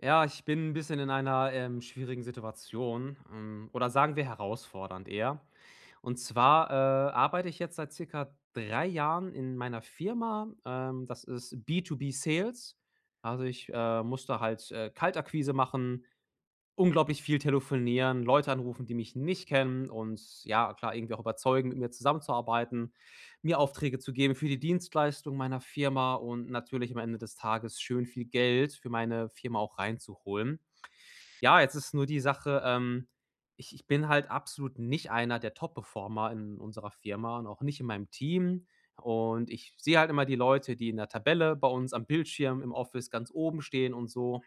Ja, ich bin ein bisschen in einer, schwierigen Situation, oder sagen wir herausfordernd eher. Und zwar, arbeite ich jetzt seit circa 3 Jahren in meiner Firma. Das ist B2B Sales. Also, ich muss halt, Kaltakquise machen, unglaublich viel telefonieren, Leute anrufen, die mich nicht kennen und ja, klar, irgendwie auch überzeugen, mit mir zusammenzuarbeiten, mir Aufträge zu geben für die Dienstleistung meiner Firma und natürlich am Ende des Tages schön viel Geld für meine Firma auch reinzuholen. Ja, jetzt ist nur die Sache, ich bin halt absolut nicht einer der Top-Performer in unserer Firma und auch nicht in meinem Team. Und ich sehe halt immer die Leute, die in der Tabelle bei uns am Bildschirm im Office ganz oben stehen und so.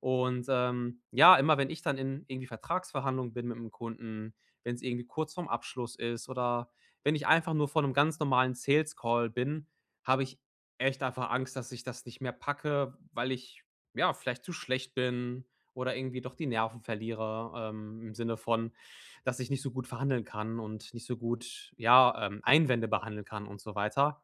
Und, ja, immer wenn ich dann in irgendwie Vertragsverhandlungen bin mit 'nem Kunden, wenn es irgendwie kurz vorm Abschluss ist oder wenn ich einfach nur vor einem ganz normalen Sales Call bin, habe ich echt einfach Angst, dass ich das nicht mehr packe, weil ich, ja, vielleicht zu schlecht bin oder irgendwie doch die Nerven verliere, im Sinne von, dass ich nicht so gut verhandeln kann und nicht so gut, ja, Einwände behandeln kann und so weiter.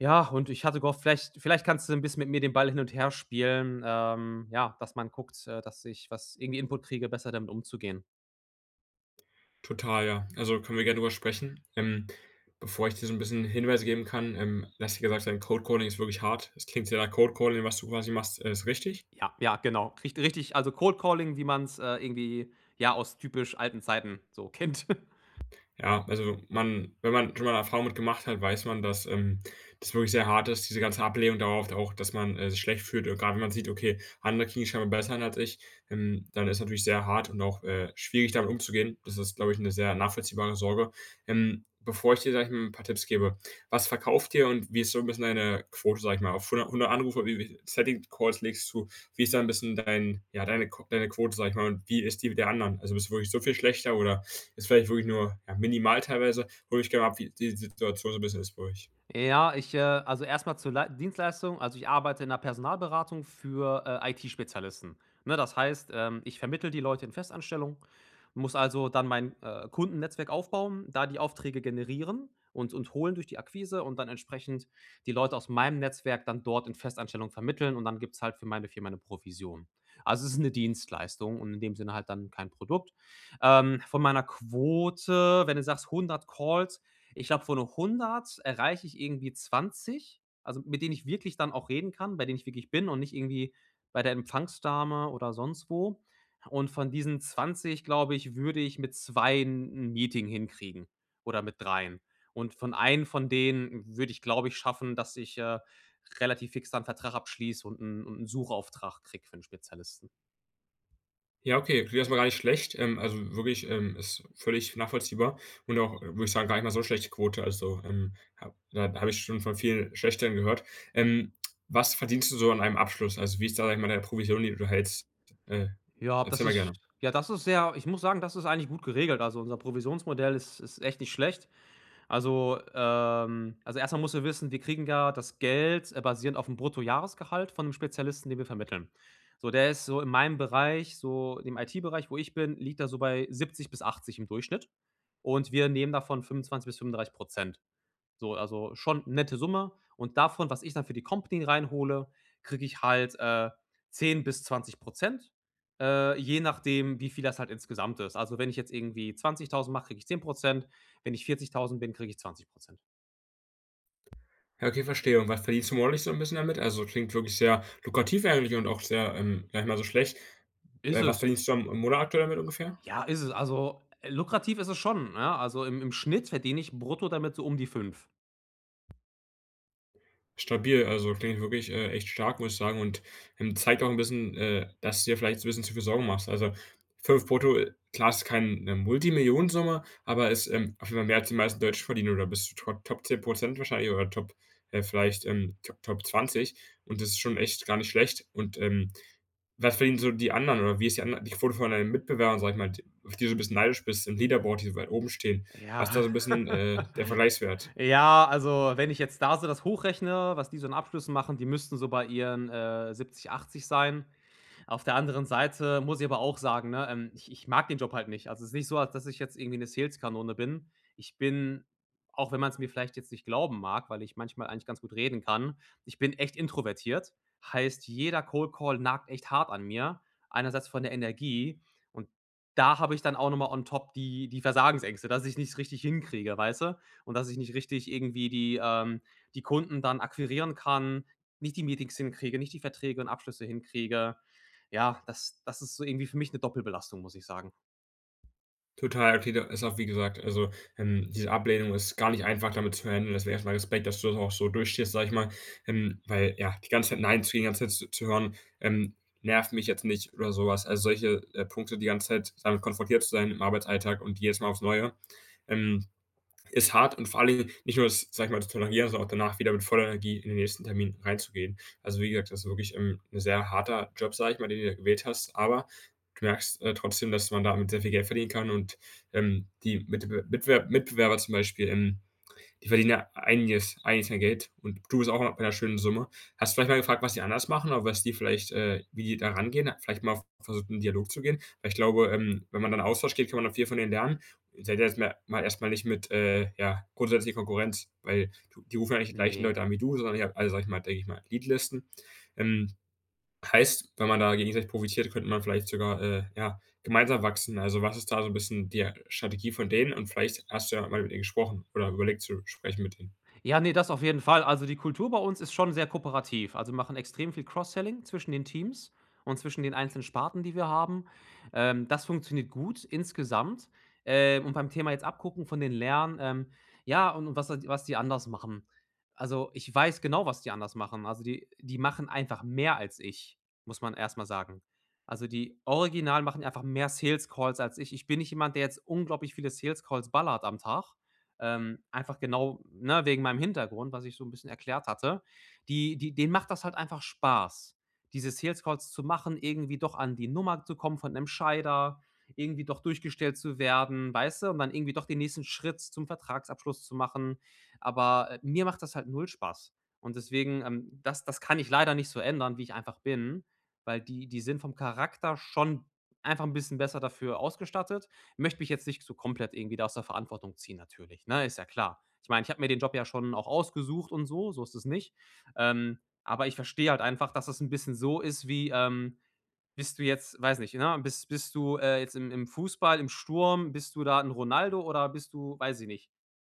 Ja, und ich hatte gehofft, vielleicht kannst du ein bisschen mit mir den Ball hin und her spielen, ja, dass man guckt, dass ich was irgendwie Input kriege, besser damit umzugehen. Total, ja. Also, können wir gerne drüber sprechen. Bevor ich dir so ein bisschen Hinweise geben kann, du hast ja gesagt, sein, Code Calling ist wirklich hart. Es klingt sehr nach Code Calling, was du quasi machst, ist richtig. Ja, ja, genau. Richtig, also Cold Calling, wie man's, irgendwie, ja, aus typisch alten Zeiten so kennt. Ja, also man wenn man schon mal eine Erfahrung mit gemacht hat, weiß man, dass, das wirklich sehr hart ist, diese ganze Ablehnung darauf auch, dass man, sich schlecht fühlt. Und grade wenn man sieht: „Okay, andere kriegen's scheinbar besser hin als ich", dann ist natürlich sehr hart und auch, schwierig, damit umzugehen. Das ist, glaube ich, eine sehr nachvollziehbare Sorge. Bevor ich dir, sage ich mal, 'n paar Tipps gebe: Was verkauft ihr und wie ist so ein bisschen deine Quote, sag ich mal? Auf 100 100 Anrufe, wie Setting Calls legst du wie ist da ein bisschen dein ja, deine Quote, sag ich mal, und wie ist die der anderen? Also, bist du wirklich so viel schlechter oder ist vielleicht wirklich nur ja, minimal teilweise. Hole ich gerne ab, wie die Situation so ein bisschen ist bei euch. Ja, ich also erstmal zur Lei Dienstleistung. Also, ich arbeite in einer Personalberatung für, IT-Spezialisten. Ne, das heißt, ich vermittle die Leute in Festanstellung, muss also dann mein, Kundennetzwerk aufbauen, da die Aufträge generieren und holen durch die Akquise und dann entsprechend die Leute aus meinem Netzwerk dann dort in Festanstellung vermitteln und dann gibt's halt für meine Firma eine Provision. Also, es ist eine Dienstleistung und in dem Sinne halt dann kein Produkt. Von meiner Quote, wenn du sagst 100 Calls ich glaube, von 100 erreiche ich irgendwie 20, also mit denen ich wirklich dann auch reden kann, bei denen ich wirklich bin und nicht irgendwie bei der Empfangsdame oder sonst wo. Und von diesen 20 glaube ich, würde ich mit 2 'n Meeting hinkriegen oder mit dreien. Und von einem von denen würde ich, glaube ich, schaffen, dass ich, relativ fix dann 'n Vertrag abschließe und 'n Suchauftrag kriege für 'n Spezialisten. Ja, okay, klingt erstmal gar nicht schlecht. Also wirklich ist völlig nachvollziehbar und auch, würde ich sagen, gar nicht mal so schlechte Quote. Also da habe ich schon von vielen schlechteren gehört. Ähm, was verdienst du so an einem Abschluss? Also wie ist da, sag ich mal, deine Provision, die du hältst? Äh, Ja, das erzähl mal ist gerne. ja, das ist sehr ich muss sagen, das ist eigentlich gut geregelt. Also, unser Provisionsmodell ist echt nicht schlecht. Also, erstmal mal musst du wissen, wir kriegen ja das Geld, basierend auf dem Bruttojahresgehalt von 'nem Spezialisten, den wir vermitteln. So, der ist so in meinem Bereich, so dem IT-Bereich, wo ich bin, liegt er so bei 70 bis 80 im Durchschnitt und wir nehmen davon 25 bis 35 so, also schon nette Summe und davon, was ich dann für die Company reinhole, kriege ich halt, 10 bis 20 je nachdem, wie viel das halt insgesamt ist. Also, wenn ich jetzt irgendwie 20.000 mache, kriege ich 10% wenn ich 40.000 bin, kriege ich 20%. Ja, okay, verstehe. Und was verdienst du monatlich so ein bisschen damit? Also klingt wirklich sehr lukrativ eigentlich und auch sehr, gar nicht mal so schlecht. Ist Was es? verdienst du am Monat aktuell damit ungefähr? Ja, ist es. Also, lukrativ ist es schon, ne? Also, im im Schnitt verdiene ich brutto damit so um die fünf. Stabil, also klingt wirklich, echt stark, muss ich sagen und, zeigt auch ein bisschen, dass du dir vielleicht so ein bisschen zu viel Sorgen machst. Also, 5 brutto, klar ist kein, Multimillionensumme, aber ist, auf jeden Fall mehr als die meisten Deutschen verdienen oder bist du to Top 10% wahrscheinlich oder Top vielleicht, Top 20 und das ist schon echt gar nicht schlecht und, was verdienen so die anderen oder wie ist die ander die Quote von deinen Mitbewerbern, sag ich mal, d auf die du so ein bisschen neidisch bist im Leaderboard, die so weit oben stehen? Was ist da Ja. so ein bisschen, der Vergleichswert? Ja, also, wenn ich jetzt da so das hochrechne, was die so in Abschlüssen machen, die müssten so bei ihren, 70, 80 sein. Auf der anderen Seite muss ich aber auch sagen, ne, ich mag den Job halt nicht. Also, es ist nicht so, als dass ich jetzt irgendwie 'ne Saleskanone bin. Ich bin, auch wenn man es mir vielleicht jetzt nicht glauben mag, weil ich manchmal eigentlich ganz gut reden kann, ich bin echt introvertiert. Heißt, jeder Cold Call nagt echt hart an mir, einerseits von der Energie und da habe ich dann auch noch mal on top die Versagensängste, dass ich nicht richtig hinkriege, weißt du? Und dass ich nicht richtig irgendwie die die Kunden dann akquirieren kann, nicht die Meetings hinkriege, nicht die Verträge und Abschlüsse hinkriege. Ja, das ist so irgendwie für mich eine Doppelbelastung, muss ich sagen. Total, okay, da ist auch wie gesagt also, diese Ablehnung ist gar nicht einfach damit zu handeln. Deswegen erst mal Respekt, dass du das auch so durchstehst, sage ich mal, weil, ja, die ganze Zeit „Nein" zu kriegen, die ganze Zeit zu hören, nervt mich jetzt nicht oder sowas. Also, solche, Punkte die ganze Zeit damit konfrontiert zu sein im Arbeitsalltag und jedes Mal aufs Neue, ähm ist hart und vor allem nicht nur das, sage ich mal, zu tolerieren, sondern auch danach wieder mit voller Energie in den nächsten Termin reinzugehen. Also wie gesagt, das ist wirklich, 'n sehr harter Job, sage ich mal, den du da gewählt hast, aber du merkst, trotzdem, dass man damit sehr viel Geld verdienen kann und, die Mitbewerber zum Beispiel, die verdienen ja einiges an Geld und du bist auch bei einer schönen Summe. Hast du vielleicht mal gefragt, was die anders machen oder was die vielleicht wie die da rangehen? Vielleicht mal versucht, in 'n Dialog zu gehen? Weil ich glaube, wenn man dann in Austausch geht, kann man noch viel von denen lernen. Ihr Seid ihr jetzt mal erst nicht mit, ja, grundsätzlich Konkurrenz, weil du die rufen ja nicht die Ne, gleichen ne. Leute an wie du, sondern ihr habt alle, sag ich mal denke ich mal, Leadlisten. Ähm Heißt, wenn man da gegenseitig profitiert, könnte man vielleicht sogar, ja, gemeinsam wachsen. Also, was ist da so 'n bisschen die, Strategie von denen? Und vielleicht hast du ja mal mit denen gesprochen oder überlegt zu sprechen mit denen. Ja, ne, das auf jeden Fall. Also, die Kultur bei uns ist schon sehr kooperativ. Also, wir machen extrem viel Cross-Selling zwischen den Teams und zwischen den einzelnen Sparten, die wir haben. Das funktioniert gut insgesamt. Und beim Thema jetzt abgucken von den Lernen, ja, und was die anders machen. Also, ich weiß genau, was die anders machen. Also, die machen einfach mehr als ich, muss man erst mal sagen. Also, die original machen einfach mehr Sales Calls als ich. Ich bin nicht jemand, der jetzt unglaublich viele Sales Calls ballert am Tag. Einfach genau, ne, wegen meinem Hintergrund, was ich so ein bisschen erklärt hatte, die die denen macht das halt einfach Spaß, diese Sales Calls zu machen, irgendwie doch an die Nummer zu kommen von einem Scheider, irgendwie doch durchgestellt zu werden, weißt du? Und dann irgendwie doch den nächsten Schritt zum Vertragsabschluss zu machen. Aber, mir macht das halt null Spaß. Und deswegen, das kann ich leider nicht so ändern, wie ich einfach bin, weil die sind vom Charakter schon einfach ein bisschen besser dafür ausgestattet. Möchte mich jetzt nicht so komplett irgendwie da aus der Verantwortung ziehen natürlich, ne? Ist ja klar. Ich meine, ich habe mir den Job ja schon auch ausgesucht und so, so ist es nicht. Ähm, aber ich verstehe halt einfach, dass es ein bisschen so ist wie, bist du jetzt weiß nicht, ne, bist du, jetzt im Fußball, im Sturm, bist du da ein Ronaldo oder bist du, weiß ich nicht,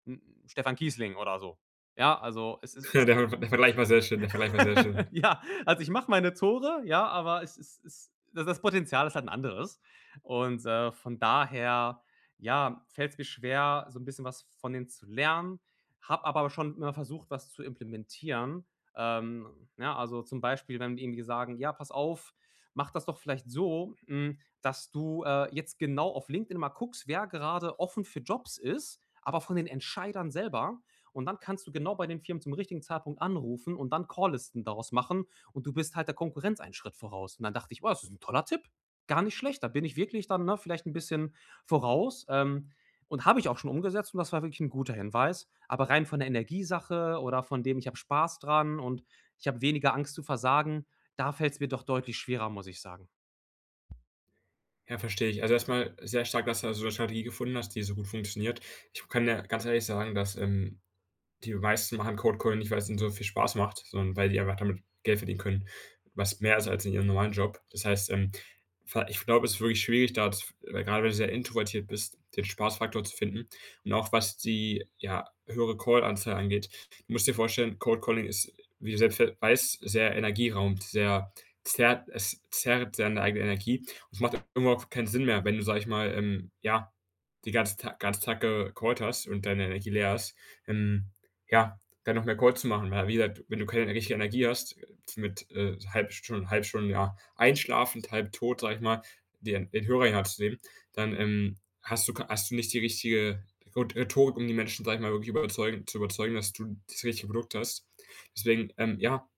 'n Stefan Kiesling oder so? Ja, also es ist Der es der Vergleich war sehr schön, der Vergleich war sehr schön. Ja, also ich mache meine Tore, ja, aber es das Potenzial ist halt ein anderes. Und, von daher, ja, fällt es mir schwer, so ein bisschen was von denen zu lernen, habe aber schon immer versucht, was zu implementieren. Ja, also zum Beispiel, wenn die irgendwie sagen: „Ja, pass auf, mach das doch vielleicht so, hm, dass du, jetzt genau auf LinkedIn mal guckst, wer gerade offen für Jobs ist, aber von den Entscheidern selber.“ und dann kannst du genau bei den Firmen zum richtigen Zeitpunkt anrufen und dann Calllisten daraus machen und du bist halt der Konkurrenz einen Schritt voraus. Und dann dachte ich: oh, das ist ein toller Tipp. Gar nicht schlecht. Da bin ich wirklich dann, ne, vielleicht ein bisschen voraus.“ und habe ich auch schon umgesetzt und das war wirklich ein guter Hinweis. Aber rein von der Energiesache oder von dem, ich habe Spaß dran und ich habe weniger Angst zu versagen, da fällt es mir doch deutlich schwerer, muss ich sagen. Ja, verstehe ich. Also, erstmal sehr stark, dass du so eine Strategie gefunden hast, die so gut funktioniert. Ich kann ja ganz ehrlich sagen, dass, die meisten machen Cold Calling nicht, weil es ihnen so viel Spaß macht, sondern weil die einfach damit Geld verdienen können, was mehr ist als in ihrem normalen Job. Das heißt, ich glaube, es ist wirklich schwierig, da, weil gerade wenn du sehr introvertiert bist, den Spaßfaktor zu finden. Und auch was die ja, höhere Call-Anzahl angeht. Du musst dir vorstellen, Cold Calling ist, wie du selbst weißt, sehr energieraumt, sehr zerrt, es zerrt sehr an der eigenen Energie. Und es macht irgendwo auch keinen Sinn mehr, wenn du, sag ich mal, ja, die ganze Tag gecallt hast und deine Energie leer ist. Ähm, ja, dann noch mehr Calls zu machen, weil wie gesagt, wenn du keine richtige Energie hast, mit, halb schon, ja, einschlafend, halb tot, sag ich mal, den Hörer in die Hand zu nehmen, dann, hast du nicht die richtige Rhetorik, um die Menschen, sag ich mal, wirklich überzeugen, dass du das richtige Produkt hast. Deswegen, ja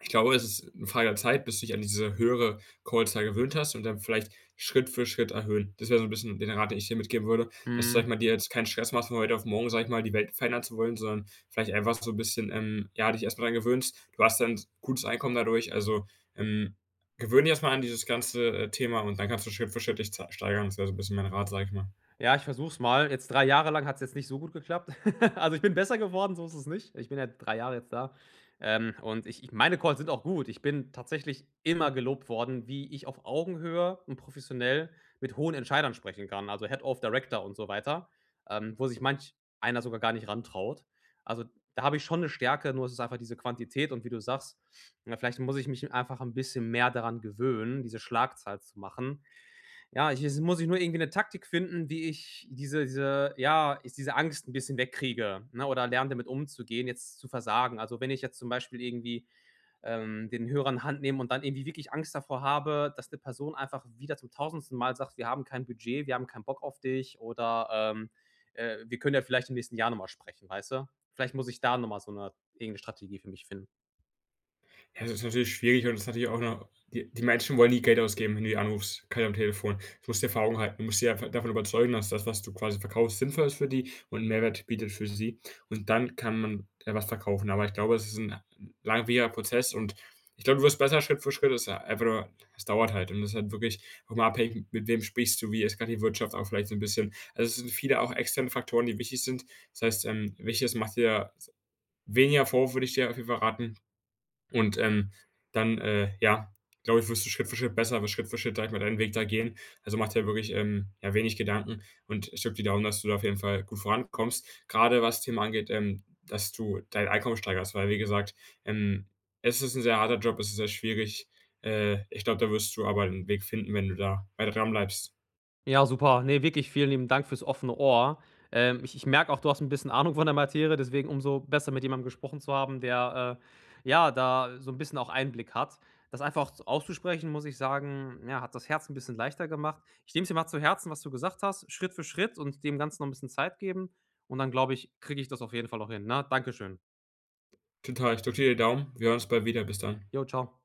ich glaube, es ist 'ne Frage der Zeit, bis du dich an diese höhere Callzahl gewöhnt hast und dann vielleicht Schritt für Schritt erhöhen. Das wäre so ein bisschen den Rat, den ich dir mitgeben würde, dass du, sage Mhm. ich mal, dir jetzt keinen Stress machst, von heute auf morgen, sag ich mal, die Welt verändern zu wollen, sondern vielleicht einfach so ein bisschen, ja, dich erst mal dran gewöhnst. Du hast dann gutes Einkommen dadurch, also, ähm, gewöhne dich erst mal an dieses ganze, Thema und dann kannst du Schritt für Schritt dich ze steigern. Das wäre so ein bisschen mein Rat, sag ich mal. Ja, ich versuche es mal. Jetzt 3 Jahre lang hat es jetzt nicht so gut geklappt. Also, ich bin besser geworden, so ist es nicht. Ich bin ja 3 Jahre jetzt da. Und ich meine Calls sind auch gut. Ich bin tatsächlich immer gelobt worden, wie ich auf Augenhöhe und professionell mit hohen Entscheidern sprechen kann, also Head of Director und so weiter, wo sich manch einer sogar gar nicht rantraut. Also, da habe ich schon eine Stärke, nur es ist einfach diese Quantität und wie du sagst, ja, vielleicht muss ich mich einfach ein bisschen mehr daran gewöhnen, diese Schlagzahl zu machen, ja, ich jetzt muss ich nur irgendwie 'ne Taktik finden, wie ich diese ja, ich diese Angst 'n bisschen wegkriege, ne, oder lerne, damit umzugehen, jetzt zu versagen. Also, wenn ich jetzt zum Beispiel irgendwie, den Hörer in Hand nehme und dann irgendwie wirklich Angst davor habe, dass 'ne Person einfach wieder zum Tausendsten Mal sagt: „Wir haben kein Budget, wir haben keinen Bock auf dich“ oder, „Wir können ja vielleicht im nächsten Jahr noch mal sprechen“, weißt du? Vielleicht muss ich da noch mal so 'ne irgend 'ne Strategie für mich finden. Ja, das ist natürlich schwierig und das ist natürlich auch noch die Menschen wollen nie Geld ausgeben, wenn du die anrufst, grade am Telefon. Du musst die Erfahrung halten. Du musst sie einfach davon überzeugen, dass das, was du quasi verkaufst, sinnvoll ist für die und 'n Mehrwert bietet für sie. Und dann kann man ja was verkaufen. Aber ich glaube, es ist ein langwieriger Prozess und ich glaube, du wirst besser Schritt für Schritt. Es ist ja einfach nur es dauert halt und das ist halt wirklich auch mal abhängig, mit wem sprichst du, wie ist grad die Wirtschaft auch vielleicht so ein bisschen. Also, es sind viele auch externe Faktoren, die wichtig sind. Das heißt, wichtig ist, mach dir weniger Vorwürfe, würde ich dir auf jeden Fall raten. Und, dann, ja, glaube ich, wirst du Schritt für Schritt besser, wirst Schritt für Schritt, sage ich mal, deinen Weg da gehen. Also, mach dir wirklich, ja, wenig Gedanken und ich drücke die Daumen, dass du da auf jeden Fall gut vorankommst. Gerade was das Thema angeht, dass du dein Einkommen steigerst, weil wie gesagt, ähm, es ist ein sehr harter Job, es ist sehr schwierig. Ich glaube, da wirst du aber 'n Weg finden, wenn du da weiter dran bleibst. Ja, super. Ne, wirklich vielen lieben Dank fürs offene Ohr. Ich merke auch, du hast ein bisschen Ahnung von der Materie, deswegen umso besser, mit jemandem gesprochen zu haben, der, ja, da so ein bisschen auch Einblick hat. Das einfach z auszusprechen, muss ich sagen, ja, hat das Herz ein bisschen leichter gemacht. Ich nehme es mir mal zu Herzen, was du gesagt hast, Schritt für Schritt und dem Ganzen noch ein bisschen Zeit geben und dann glaube ich, kriege ich das auf jeden Fall auch hin, ne? Dankeschön. Total, ich drücke dir die Daumen. Wir hören uns bald wieder. Bis dann. Jo, ciao.